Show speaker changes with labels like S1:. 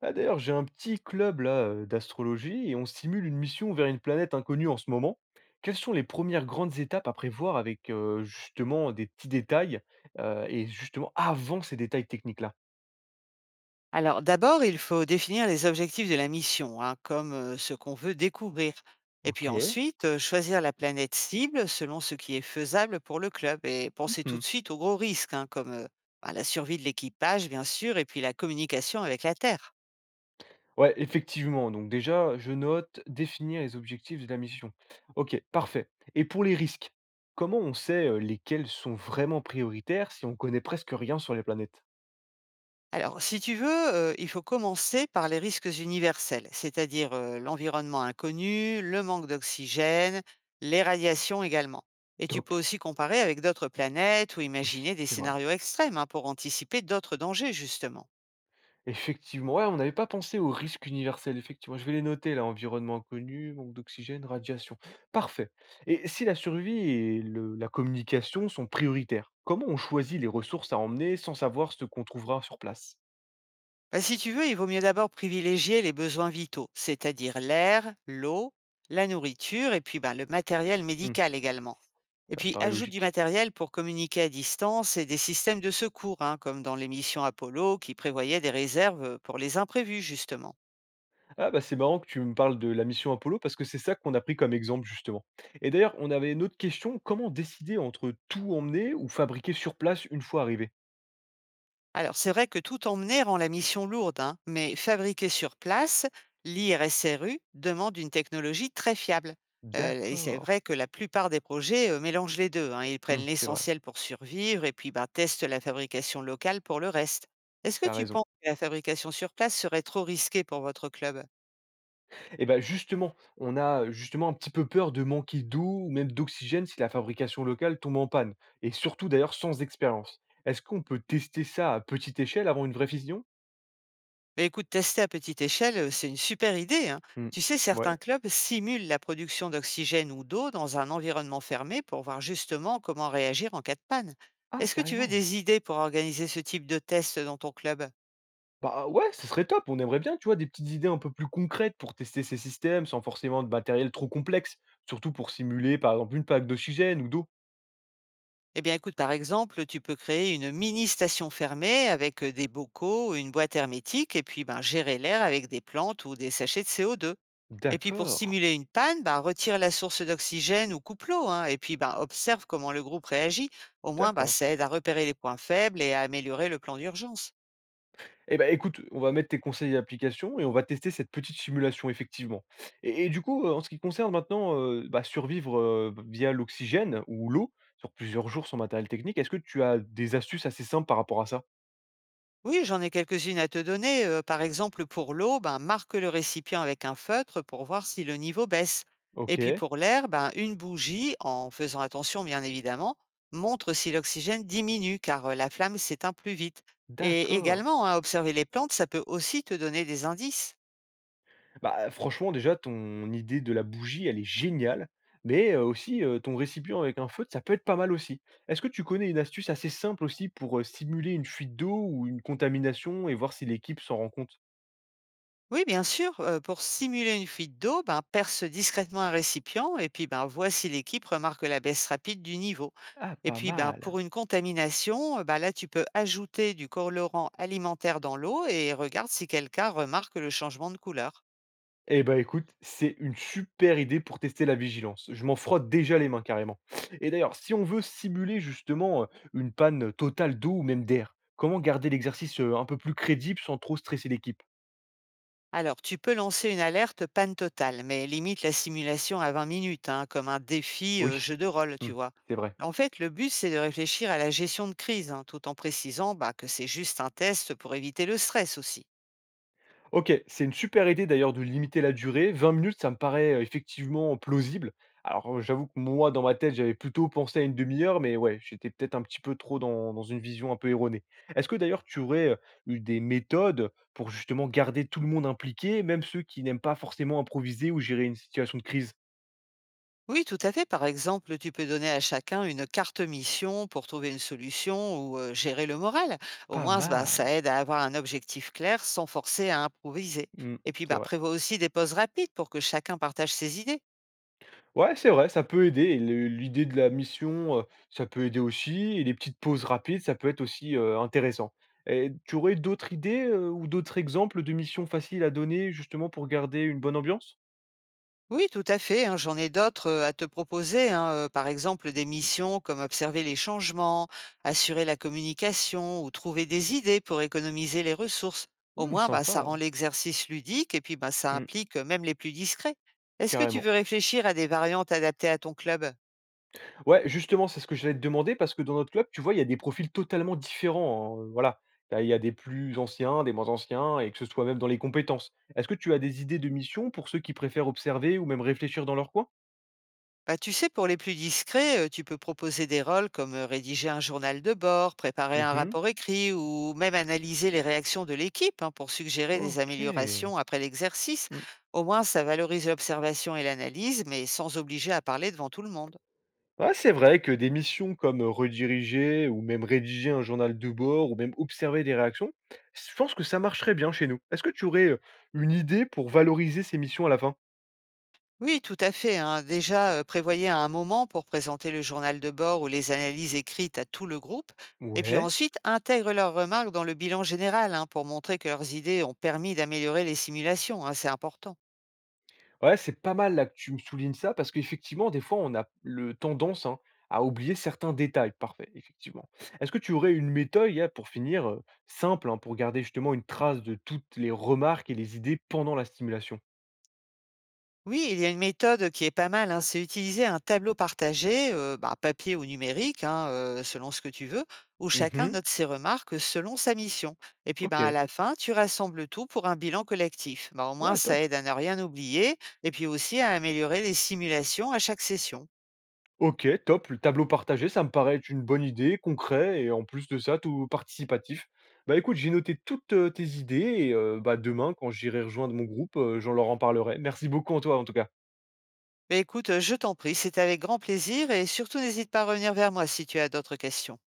S1: Ah, d'ailleurs, j'ai un petit club là d'astrologie et on simule une mission vers une planète inconnue en ce moment. Quelles sont les premières grandes étapes à prévoir avec justement des petits détails et justement avant ces détails techniques-là.
S2: Alors d'abord, il faut définir les objectifs de la mission, hein, comme ce qu'on veut découvrir. Et puis
S1: Ok.
S2: ensuite, choisir la planète cible selon ce qui est faisable pour le club et penser tout
S1: Mhm.
S2: de suite aux gros risques, hein, comme bah, la survie de l'équipage, bien sûr, et puis la communication avec la Terre.
S1: Ouais, effectivement. Donc déjà, je note définir les objectifs de la mission. Ok, parfait. Et pour les risques, comment on sait lesquels sont vraiment prioritaires si on connaît presque rien sur les planètes?
S2: Alors, si tu veux, il faut commencer par les risques universels, c'est-à-dire, l'environnement inconnu, le manque d'oxygène, les radiations également. Et tu
S1: Top.
S2: peux aussi comparer avec d'autres planètes ou imaginer
S1: Oui,
S2: des
S1: c'est vrai.
S2: scénarios extrêmes, hein, pour anticiper d'autres dangers justement.
S1: Effectivement, ouais, on n'avait pas pensé aux risques universels, effectivement. Je vais les noter là, environnement inconnu, manque d'oxygène, radiation. Parfait. Et si la survie et la communication sont prioritaires, comment on choisit les ressources à emmener sans savoir ce qu'on trouvera sur place?
S2: Bah, si tu veux, il vaut mieux d'abord privilégier les besoins vitaux, c'est-à-dire l'air, l'eau, la nourriture et puis ben, le matériel
S1: Hmm.
S2: médical également. Et
S1: Ça me
S2: puis
S1: paraît
S2: ajoute du
S1: logique.
S2: matériel pour communiquer à distance et des systèmes de secours, hein, comme dans l'émission Apollo qui prévoyait des réserves pour les imprévus justement.
S1: Ah bah, c'est marrant que tu me parles de la mission Apollo parce que c'est ça qu'on a pris comme exemple justement. Et d'ailleurs, on avait une autre question, comment décider entre tout emmener ou fabriquer sur place une fois arrivé?
S2: Alors, c'est vrai que tout emmener rend la mission lourde, hein, mais fabriquer sur place, l'IRSRU demande une technologie très fiable. Et c'est
S1: D'accord.
S2: vrai que la plupart des projets mélangent les deux, hein. Ils
S1: Hmm,
S2: prennent
S1: c'est vrai,
S2: l'essentiel pour survivre et puis bah, testent la fabrication locale pour le reste. Est-ce que
S1: t'as
S2: tu
S1: raison.
S2: penses que la fabrication sur place serait trop risquée pour votre club?
S1: Et ben justement, on a justement un petit peu peur de manquer d'eau ou même d'oxygène si la fabrication locale tombe en panne, et surtout d'ailleurs sans expérience. Est-ce qu'on peut tester ça à petite échelle avant une vraie fission?
S2: Bah, écoute, tester à petite échelle, c'est une super idée, hein.
S1: Hmm.
S2: Tu sais,
S1: Ouais.
S2: certains clubs simulent la production d'oxygène ou d'eau dans un environnement fermé pour voir justement comment réagir en cas de panne.
S1: Ah,
S2: Est-ce que tu veux
S1: carrément.
S2: des idées pour organiser ce type de test dans ton club?
S1: Bah ouais, ce serait top. On aimerait bien, tu vois, des petites idées un peu plus concrètes pour tester ces systèmes sans forcément de matériel trop complexe, surtout pour simuler par exemple une plaque d'oxygène ou d'eau.
S2: Eh bien, écoute, par exemple, tu peux créer une mini station fermée avec, des bocaux, une boîte hermétique et puis, ben, gérer l'air avec des plantes ou des sachets de CO2. Et puis pour
S1: D'accord,
S2: simuler une panne, bah, retire la source d'oxygène ou coupe l'eau, hein, et puis bah, observe comment le groupe réagit. Au moins, bah,
S1: d'accord.
S2: ça aide à repérer les points faibles et à améliorer le plan d'urgence.
S1: Eh ben, écoute, on va mettre tes conseils d'application et on va tester cette petite simulation effectivement. Et du coup, en ce qui concerne maintenant, bah, survivre, via l'oxygène ou l'eau sur plusieurs jours sans matériel technique, est-ce que tu as des astuces assez simples par rapport à ça?
S2: Oui, j'en ai quelques-unes à te donner. Par exemple, pour l'eau, ben, marque le récipient avec un feutre pour voir si le niveau baisse. Et puis
S1: OK,
S2: pour l'air, ben, une bougie, en faisant attention bien évidemment, montre si l'oxygène diminue car la flamme s'éteint plus vite. Et
S1: d'accord.
S2: également, hein, observer les plantes, ça peut aussi te donner des indices.
S1: Bah, franchement, déjà ton idée de la bougie, elle est géniale, mais aussi, ton récipient avec un feu, ça peut être pas mal aussi. Est-ce que tu connais une astuce assez simple aussi pour simuler une fuite d'eau ou une contamination et voir si l'équipe s'en rend compte?
S2: Oui, bien sûr. Pour simuler une fuite d'eau, ben, perce discrètement un récipient et puis ben, vois si l'équipe remarque la baisse rapide du niveau.
S1: Ah,
S2: Et
S1: pas
S2: puis, ben, pour
S1: mal!
S2: une contamination, ben, là, tu peux ajouter du colorant alimentaire dans l'eau et regarde si quelqu'un remarque le changement de couleur.
S1: Eh ben, écoute, c'est une super idée pour tester la vigilance. Je m'en frotte déjà les mains carrément. Et d'ailleurs, si on veut simuler justement une panne totale d'eau ou même d'air, comment garder l'exercice un peu plus crédible sans trop stresser l'équipe?
S2: Alors, tu peux lancer une alerte panne totale, mais limite la simulation à 20 minutes, hein, comme un défi
S1: Oui.
S2: jeu de rôle, tu
S1: Hmm,
S2: vois.
S1: c'est vrai.
S2: En fait, le but, c'est de réfléchir à la gestion de crise, hein, tout en précisant bah, que c'est juste un test pour éviter le stress aussi.
S1: OK, c'est une super idée d'ailleurs de limiter la durée. 20 minutes, ça me paraît effectivement plausible. Alors, j'avoue que moi, dans ma tête, j'avais plutôt pensé à une demi heure, mais ouais, j'étais peut-être un petit peu trop dans une vision un peu erronée. Est-ce que d'ailleurs tu aurais eu des méthodes pour justement garder tout le monde impliqué, même ceux qui n'aiment pas forcément improviser ou gérer une situation de crise?
S2: Oui, tout à fait. Par exemple, tu peux donner à chacun une carte mission pour trouver une solution ou gérer le moral. Au
S1: Pas
S2: moins, bah, ça
S1: mal.
S2: aide à avoir un objectif clair sans forcer à improviser.
S1: Mmh,
S2: Et puis,
S1: c'est
S2: bah,
S1: vrai.
S2: prévois aussi des pauses rapides pour que chacun partage ses idées.
S1: Ouais, c'est vrai, ça peut aider, et le l'idée de la mission, ça peut aider aussi, et les petites pauses rapides, ça peut être aussi intéressant. Et tu aurais d'autres idées ou d'autres exemples de missions faciles à donner justement pour garder une bonne ambiance?
S2: Oui, tout à fait, hein, j'en ai d'autres, à te proposer, hein, par exemple des missions comme observer les changements, assurer la communication ou trouver des idées pour économiser les ressources. Au
S1: Mmh,
S2: moins, bah,
S1: sympa.
S2: ça rend l'exercice ludique et puis, bah, ça
S1: Mmh,
S2: implique, même les plus discrets. Est-ce que tu
S1: carrément.
S2: veux réfléchir à des variantes adaptées à ton club?
S1: Ouais, justement, c'est ce que j'allais te demander parce que dans notre club, tu vois, il y a des profils totalement différents, hein, voilà. Tu Il y a des plus anciens, des moins anciens, et que ce soit même dans les compétences. Est-ce que tu as des idées de missions pour ceux qui préfèrent observer ou même réfléchir dans leur coin?
S2: Bah, tu sais, pour les plus discrets, tu peux proposer des rôles comme rédiger un journal de bord, préparer un
S1: Mmh.
S2: rapport écrit ou même analyser les réactions de l'équipe, hein, pour suggérer des
S1: OK.
S2: améliorations après l'exercice.
S1: Mmh.
S2: Au moins, ça valorise l'observation et l'analyse, mais sans obliger à parler devant tout le monde.
S1: Ouais, c'est vrai que des missions comme rediriger ou même rédiger un journal de bord ou même observer des réactions, je pense que ça marcherait bien chez nous. Est-ce que tu aurais une idée pour valoriser ces missions à la fin?
S2: Oui, tout à fait, hein. Déjà, prévoyez un moment pour présenter le journal de bord ou les analyses écrites à tout le groupe. Et puis
S1: Ouais.
S2: ensuite, intègre leurs remarques dans le bilan général, hein, pour montrer que leurs idées ont permis d'améliorer les simulations, hein. C'est important.
S1: Ouais, c'est pas mal là que tu me soulignes ça parce qu'effectivement, des fois, on a le tendance, hein, à oublier certains détails. Parfait, effectivement. Est-ce que tu aurais une méthode là, pour finir, simple, hein, pour garder justement une trace de toutes les remarques et les idées pendant la stimulation?
S2: Oui, il y a une méthode qui est pas mal, hein, c'est utiliser un tableau partagé, bah, papier ou numérique, hein, selon ce que tu veux, où chacun
S1: Mhm.
S2: note ses remarques selon sa mission. Et puis ben à
S1: Ok.
S2: la fin, tu rassembles tout pour un bilan collectif. Bah, au moins,
S1: Ouais,
S2: ça
S1: top.
S2: aide à ne rien oublier et puis aussi à améliorer les simulations à chaque session.
S1: OK, top, le tableau partagé, ça me paraît être une bonne idée, concret et en plus de ça, tout participatif. Bah, écoute, j'ai noté toutes tes idées, et bah, demain quand j'irai rejoindre mon groupe, je leur en parlerai. Merci beaucoup en toi en tout cas.
S2: Mais écoute, je t'en prie, c'est avec grand plaisir et surtout n'hésite pas à revenir vers moi si tu as d'autres questions.